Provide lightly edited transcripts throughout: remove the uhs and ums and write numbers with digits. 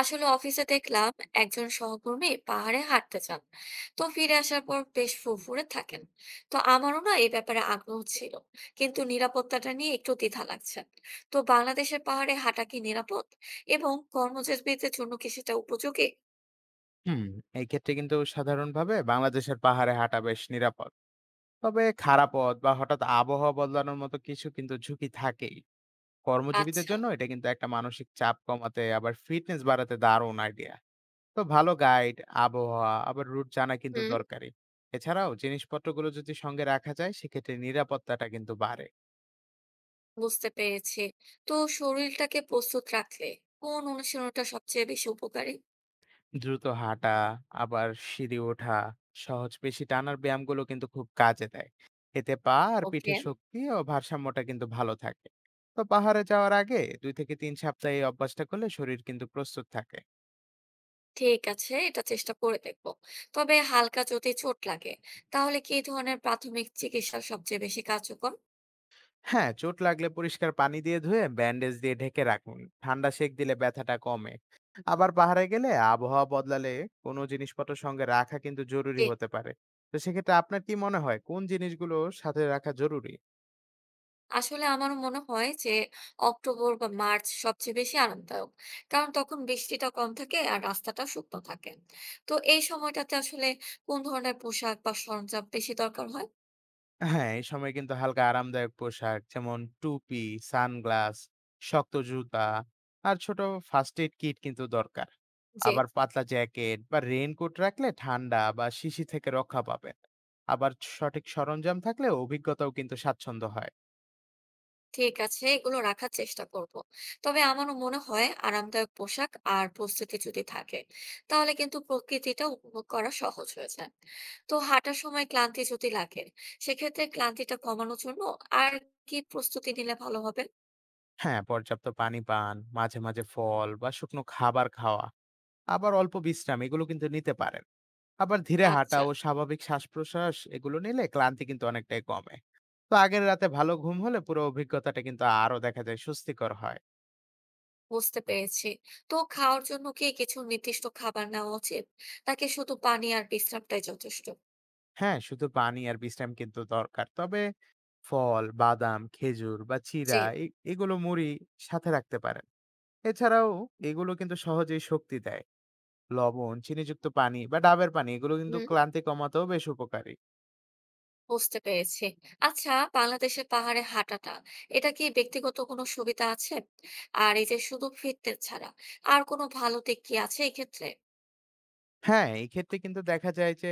আসলে অফিসে দেখলাম একজন সহকর্মী পাহাড়ে হাঁটতে চান। তো ফিরে আসার পর বেশ ফুরফুরে থাকেন। তো আমারও না এই ব্যাপারে আগ্রহ ছিল, কিন্তু নিরাপত্তাটা নিয়ে একটু দ্বিধা লাগছে। তো বাংলাদেশের পাহাড়ে হাঁটা কি নিরাপদ এবং কর্মজীবীদের জন্য কি সেটা উপযোগী? হুম। এই ক্ষেত্রে কিন্তু সাধারণভাবে বাংলাদেশের পাহাড়ে হাঁটা বেশ নিরাপদ। তবে খারাপ পথ বা হঠাৎ আবহাওয়া বদলানোর মতো কিছু কিন্তু ঝুঁকি থাকেই। কর্মজীবীদের আচ্ছা। জন্য এটা কিন্তু একটা মানসিক চাপ কমাতে আবার ফিটনেস বাড়াতে দারুণ আইডিয়া। তো ভালো গাইড, আবহাওয়া আবার রুট জানা কিন্তু হুম। দরকারি। এছাড়াও জিনিসপত্রগুলো যদি সঙ্গে রাখা যায় সেক্ষেত্রে নিরাপত্তাটা কিন্তু বাড়ে। বুঝতে পেরেছি। তো শরীরটাকে প্রস্তুত রাখলে কোন অনুশীলনটা সবচেয়ে বেশি উপকারী? দ্রুত হাঁটা, আবার সিঁড়ি ওঠা, সহজ পেশি টানার ব্যায়ামগুলো কিন্তু খুব কাজে দেয়। এতে পা আর ওকে। পিঠের শক্তি ও ভারসাম্যটা কিন্তু ভালো থাকে। তো পাহাড়ে যাওয়ার আগে ২ থেকে ৩ সপ্তাহ এই অভ্যাসটা করলে শরীর কিন্তু প্রস্তুত থাকে। ঠিক আছে, এটা চেষ্টা করে দেখবো। তবে হালকা যদি চোট লাগে, তাহলে কি ধরনের প্রাথমিক চিকিৎসা সবচেয়ে বেশি কার্যকর? হ্যাঁ, চোট লাগলে পরিষ্কার পানি দিয়ে ধুয়ে ব্যান্ডেজ দিয়ে ঢেকে রাখুন। ঠান্ডা সেঁক দিলে ব্যথাটা কমে। আবার পাহাড়ে গেলে আবহাওয়া বদলালে কোনো জিনিসপত্র সঙ্গে রাখা কিন্তু জরুরি যে, হতে পারে। তো সেক্ষেত্রে আপনার কি মনে হয় কোন জিনিসগুলো সাথে রাখা জরুরি? আসলে আমার মনে হয় যে অক্টোবর বা মার্চ সবচেয়ে বেশি আরামদায়ক, কারণ তখন বৃষ্টিটা কম থাকে আর রাস্তাটা শুকনো থাকে। তো এই সময়টাতে আসলে কোন ধরনের পোশাক বা সরঞ্জাম বেশি দরকার? হ্যাঁ, এই সময় কিন্তু হালকা আরামদায়ক পোশাক যেমন টুপি, সানগ্লাস, শক্ত জুতা আর ছোট ফার্স্ট এইড কিট কিন্তু দরকার। হয়। আবার পাতলা জ্যাকেট বা রেইনকোট রাখলে ঠান্ডা বা শিশি থেকে রক্ষা পাবেন। আবার সঠিক সরঞ্জাম থাকলে অভিজ্ঞতাও কিন্তু স্বাচ্ছন্দ্য হয়। ঠিক আছে, এগুলো রাখার চেষ্টা করব। তবে আমারও মনে হয় আরামদায়ক পোশাক আর প্রস্তুতি যদি থাকে, তাহলে কিন্তু প্রকৃতিটা উপভোগ করা সহজ হয়ে যায়। তো হাঁটার সময় ক্লান্তি যদি লাগে, সেক্ষেত্রে ক্লান্তিটা কমানোর জন্য আর কি প্রস্তুতি নিলে ভালো হবে? হ্যাঁ, পর্যাপ্ত পানি পান, মাঝে, মাঝে ফল বা শুকনো খাবার খাওয়া, আবার অল্প বিশ্রাম এগুলো কিন্তু নিতে পারেন। আবার ধীরে হাঁটা আচ্ছা। ও স্বাভাবিক শ্বাসপ্রশ্বাস এগুলো নিলে ক্লান্তি কিন্তু অনেকটাই কমে। তো আগের রাতে ভালো ঘুম হলে পুরো অভিজ্ঞতাটা কিন্তু আরো দেখা যায় স্বস্তিকর হয়। বুঝতে পেরেছি। তো খাওয়ার জন্য কি কিছু নির্দিষ্ট খাবার নেওয়া উচিত, নাকি শুধু পানি আর বিশ্রামটাই যথেষ্ট? হ্যাঁ শুধু পানি আর বিশ্রাম কিন্তু দরকার। তবে ফল, বাদাম, খেজুর বা জি। চিরা এগুলো, মুড়ি সাথে রাখতে পারেন। এছাড়াও এগুলো কিন্তু সহজেই শক্তি দেয়। লবণ চিনিযুক্ত পানি বা ডাবের পানি এগুলো কিন্তু হুম। ক্লান্তি কমাতেও বেশ উপকারী। বুঝতে পেরেছি। আচ্ছা, বাংলাদেশের পাহাড়ে হাঁটাটা, এটা কি ব্যক্তিগত কোনো সুবিধা আছে? আর এই যে শুধু ফিটনেস ছাড়া আর কোনো ভালো দিক কি আছে এক্ষেত্রে? হ্যাঁ, এক্ষেত্রে কিন্তু দেখা যায় যে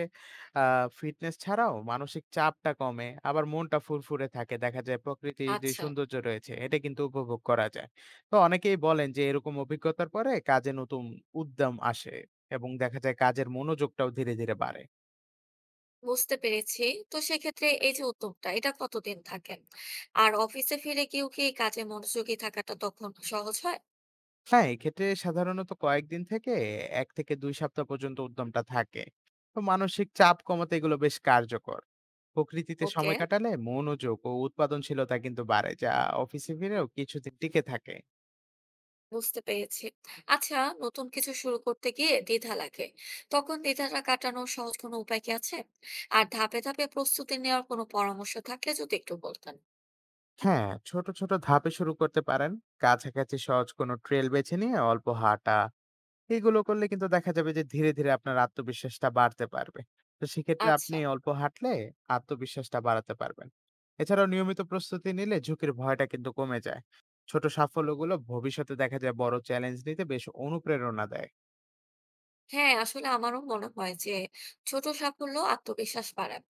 আ ফিটনেস ছাড়াও মানসিক চাপটা কমে। আবার মনটা ফুরফুরে থাকে। দেখা যায় প্রকৃতির যে আচ্ছা। সৌন্দর্য রয়েছে এটা কিন্তু উপভোগ করা যায়। তো অনেকেই বলেন যে এরকম অভিজ্ঞতার পরে কাজে নতুন উদ্যম আসে এবং দেখা যায় কাজের মনোযোগটাও ধীরে, ধীরে বাড়ে। বুঝতে পেরেছি। তো সেক্ষেত্রে এই যে উদ্যোগটা, এটা কতদিন থাকে? আর অফিসে ফিরে গিয়েও কি কাজে মনোযোগী থাকাটা তখন সহজ হয়? হ্যাঁ, এক্ষেত্রে সাধারণত কয়েকদিন থেকে ১ থেকে ২ সপ্তাহ পর্যন্ত উদ্যমটা থাকে। তো মানসিক চাপ কমাতে এগুলো বেশ কার্যকর। প্রকৃতিতে ওকে। সময় কাটালে মনোযোগ ও উৎপাদনশীলতা কিন্তু বাড়ে, যা অফিসে ফিরেও কিছুদিন টিকে থাকে। বুঝতে পেরেছি। আচ্ছা, নতুন কিছু শুরু করতে গিয়ে দ্বিধা লাগে। তখন দ্বিধাটা কাটানোর সহজ কোনো উপায় কি আছে? আর ধাপে ধাপে প্রস্তুতি নেওয়ার কোনো পরামর্শ থাকলে যদি একটু বলতেন। হ্যাঁ, ছোট, ছোট ধাপে শুরু করতে পারেন। কাছাকাছি সহজ কোনো ট্রেল বেছে নিয়ে অল্প হাঁটা এগুলো করলে কিন্তু দেখা যাবে যে ধীরে, ধীরে আপনার আত্মবিশ্বাসটা বাড়তে পারবে। তো সেক্ষেত্রে আপনি আচ্ছা। অল্প হাঁটলে আত্মবিশ্বাসটা বাড়াতে পারবেন। এছাড়াও নিয়মিত প্রস্তুতি নিলে ঝুঁকির ভয়টা কিন্তু কমে যায়। ছোট সাফল্যগুলো ভবিষ্যতে দেখা যায় বড় চ্যালেঞ্জ নিতে বেশ অনুপ্রেরণা দেয়। হ্যাঁ, আসলে আমারও মনে হয় যে ছোট সাফল্য আত্মবিশ্বাস বাড়ায়।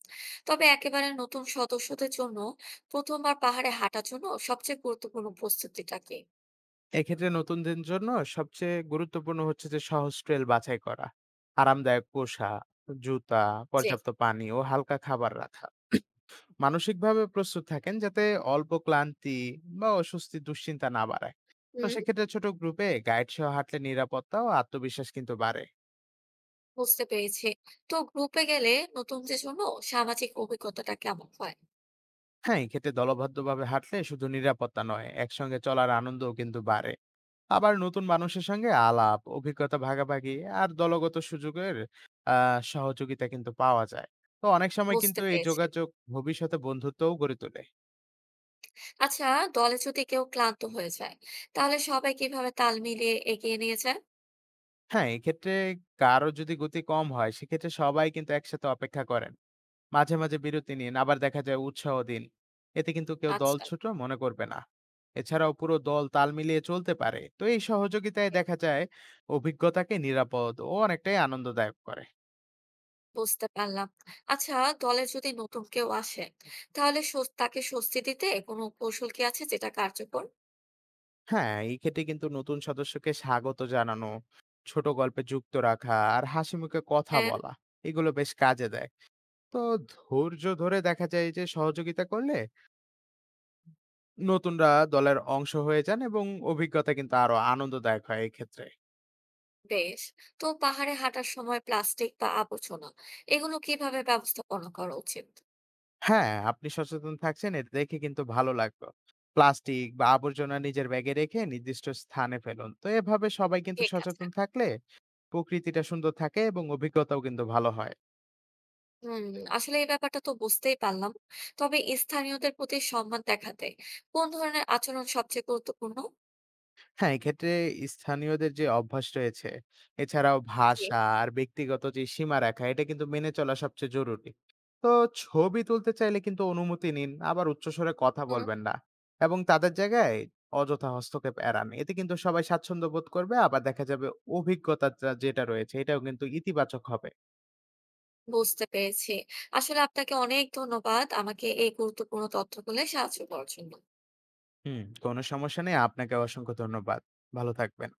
তবে একেবারে নতুন সদস্যদের জন্য ১ম বার পাহাড়ে হাঁটার জন্য সবচেয়ে গুরুত্বপূর্ণ প্রস্তুতিটা কি? এক্ষেত্রে নতুনদের জন্য সবচেয়ে গুরুত্বপূর্ণ হচ্ছে যে সহজ ট্রেল বাছাই করা, আরামদায়ক পোশাক, জুতা, যে। পর্যাপ্ত পানি ও হালকা খাবার রাখা। মানসিকভাবে প্রস্তুত থাকেন যাতে অল্প ক্লান্তি বা অস্বস্তি দুশ্চিন্তা না বাড়ায়। তো হুম, সেক্ষেত্রে ছোট গ্রুপে গাইড সহ হাঁটলে নিরাপত্তা ও আত্মবিশ্বাস কিন্তু বাড়ে। বুঝতে পেরেছি। তো গ্রুপে গেলে নতুনদের জন্য সামাজিক অভিজ্ঞতাটা কেমন হয়? হ্যাঁ এক্ষেত্রে দলবদ্ধভাবে হাঁটলে শুধু নিরাপত্তা নয়, একসঙ্গে চলার আনন্দও কিন্তু বাড়ে। আবার নতুন মানুষের সঙ্গে আলাপ, অভিজ্ঞতা ভাগাভাগি আর দলগত সুযোগের সহযোগিতা কিন্তু পাওয়া যায়। তো অনেক সময় বুঝতে কিন্তু এই পেরেছি। যোগাযোগ ভবিষ্যতে বন্ধুত্বও গড়ে তোলে। আচ্ছা, দলে যদি কেউ ক্লান্ত হয়ে যায়, তাহলে সবাই কিভাবে তাল মিলিয়ে এগিয়ে নিয়ে যায়? হ্যাঁ এক্ষেত্রে কারো যদি গতি কম হয় সেক্ষেত্রে সবাই কিন্তু একসাথে অপেক্ষা করে না। মাঝে, মাঝে বিরতি নিন, আবার দেখা যায় উৎসাহ দিন। এতে কিন্তু কেউ দল আচ্ছা। ছোট মনে করবে না। এছাড়াও পুরো দল তাল মিলিয়ে চলতে পারে। তো এই সহযোগিতায় দেখা যায় অভিজ্ঞতাকে নিরাপদ ও অনেকটাই আনন্দদায়ক করে। বুঝতে পারলাম। আচ্ছা, দলে যদি নতুন কেউ আসে, তাহলে তাকে স্বস্তি দিতে কোনো কৌশল কি আছে যেটা কার্যকর? হ্যাঁ, এই ক্ষেত্রে কিন্তু নতুন সদস্যকে স্বাগত জানানো, ছোট গল্পে যুক্ত রাখা আর হাসিমুখে কথা হ্যাঁ। বলা এগুলো বেশ কাজে দেয়। তো ধৈর্য ধরে দেখা যায় যে সহযোগিতা করলে নতুনরা দলের অংশ হয়ে যান এবং অভিজ্ঞতা কিন্তু আরো আনন্দদায়ক হয় এক্ষেত্রে। বেশ। তো পাহাড়ে হাঁটার সময় প্লাস্টিক বা আবর্জনা, এগুলো কিভাবে ব্যবস্থাপনা করা উচিত? হ্যাঁ, আপনি সচেতন থাকছেন এটা দেখে কিন্তু ভালো লাগলো। প্লাস্টিক বা আবর্জনা নিজের ব্যাগে রেখে নির্দিষ্ট স্থানে ফেলুন। তো এভাবে সবাই কিন্তু ঠিক আছে। সচেতন থাকলে প্রকৃতিটা সুন্দর থাকে এবং অভিজ্ঞতাও কিন্তু ভালো হয়। হুম। আসলে এই ব্যাপারটা তো বুঝতেই পারলাম, তবে স্থানীয়দের প্রতি সম্মান দেখাতে কোন ধরনের আচরণ সবচেয়ে গুরুত্বপূর্ণ? হ্যাঁ, এক্ষেত্রে স্থানীয়দের যে অভ্যাস রয়েছে, এছাড়াও জি। ভাষা আর ব্যক্তিগত যে সীমারেখা, এটা কিন্তু মেনে চলা সবচেয়ে জরুরি। তো ছবি তুলতে চাইলে কিন্তু অনুমতি নিন, আবার উচ্চস্বরে কথা হুম। বলবেন না এবং তাদের জায়গায় অযথা হস্তক্ষেপ এড়ান। এতে কিন্তু সবাই স্বাচ্ছন্দ্য বোধ করবে, আবার দেখা যাবে অভিজ্ঞতাটা যেটা রয়েছে, এটাও কিন্তু ইতিবাচক হবে। বুঝতে পেরেছি। আসলে আপনাকে অনেক ধন্যবাদ আমাকে এই গুরুত্বপূর্ণ তথ্যগুলো সাহায্য করার জন্য। হুম, কোনো সমস্যা নেই। আপনাকে অসংখ্য ধন্যবাদ। ভালো থাকবেন।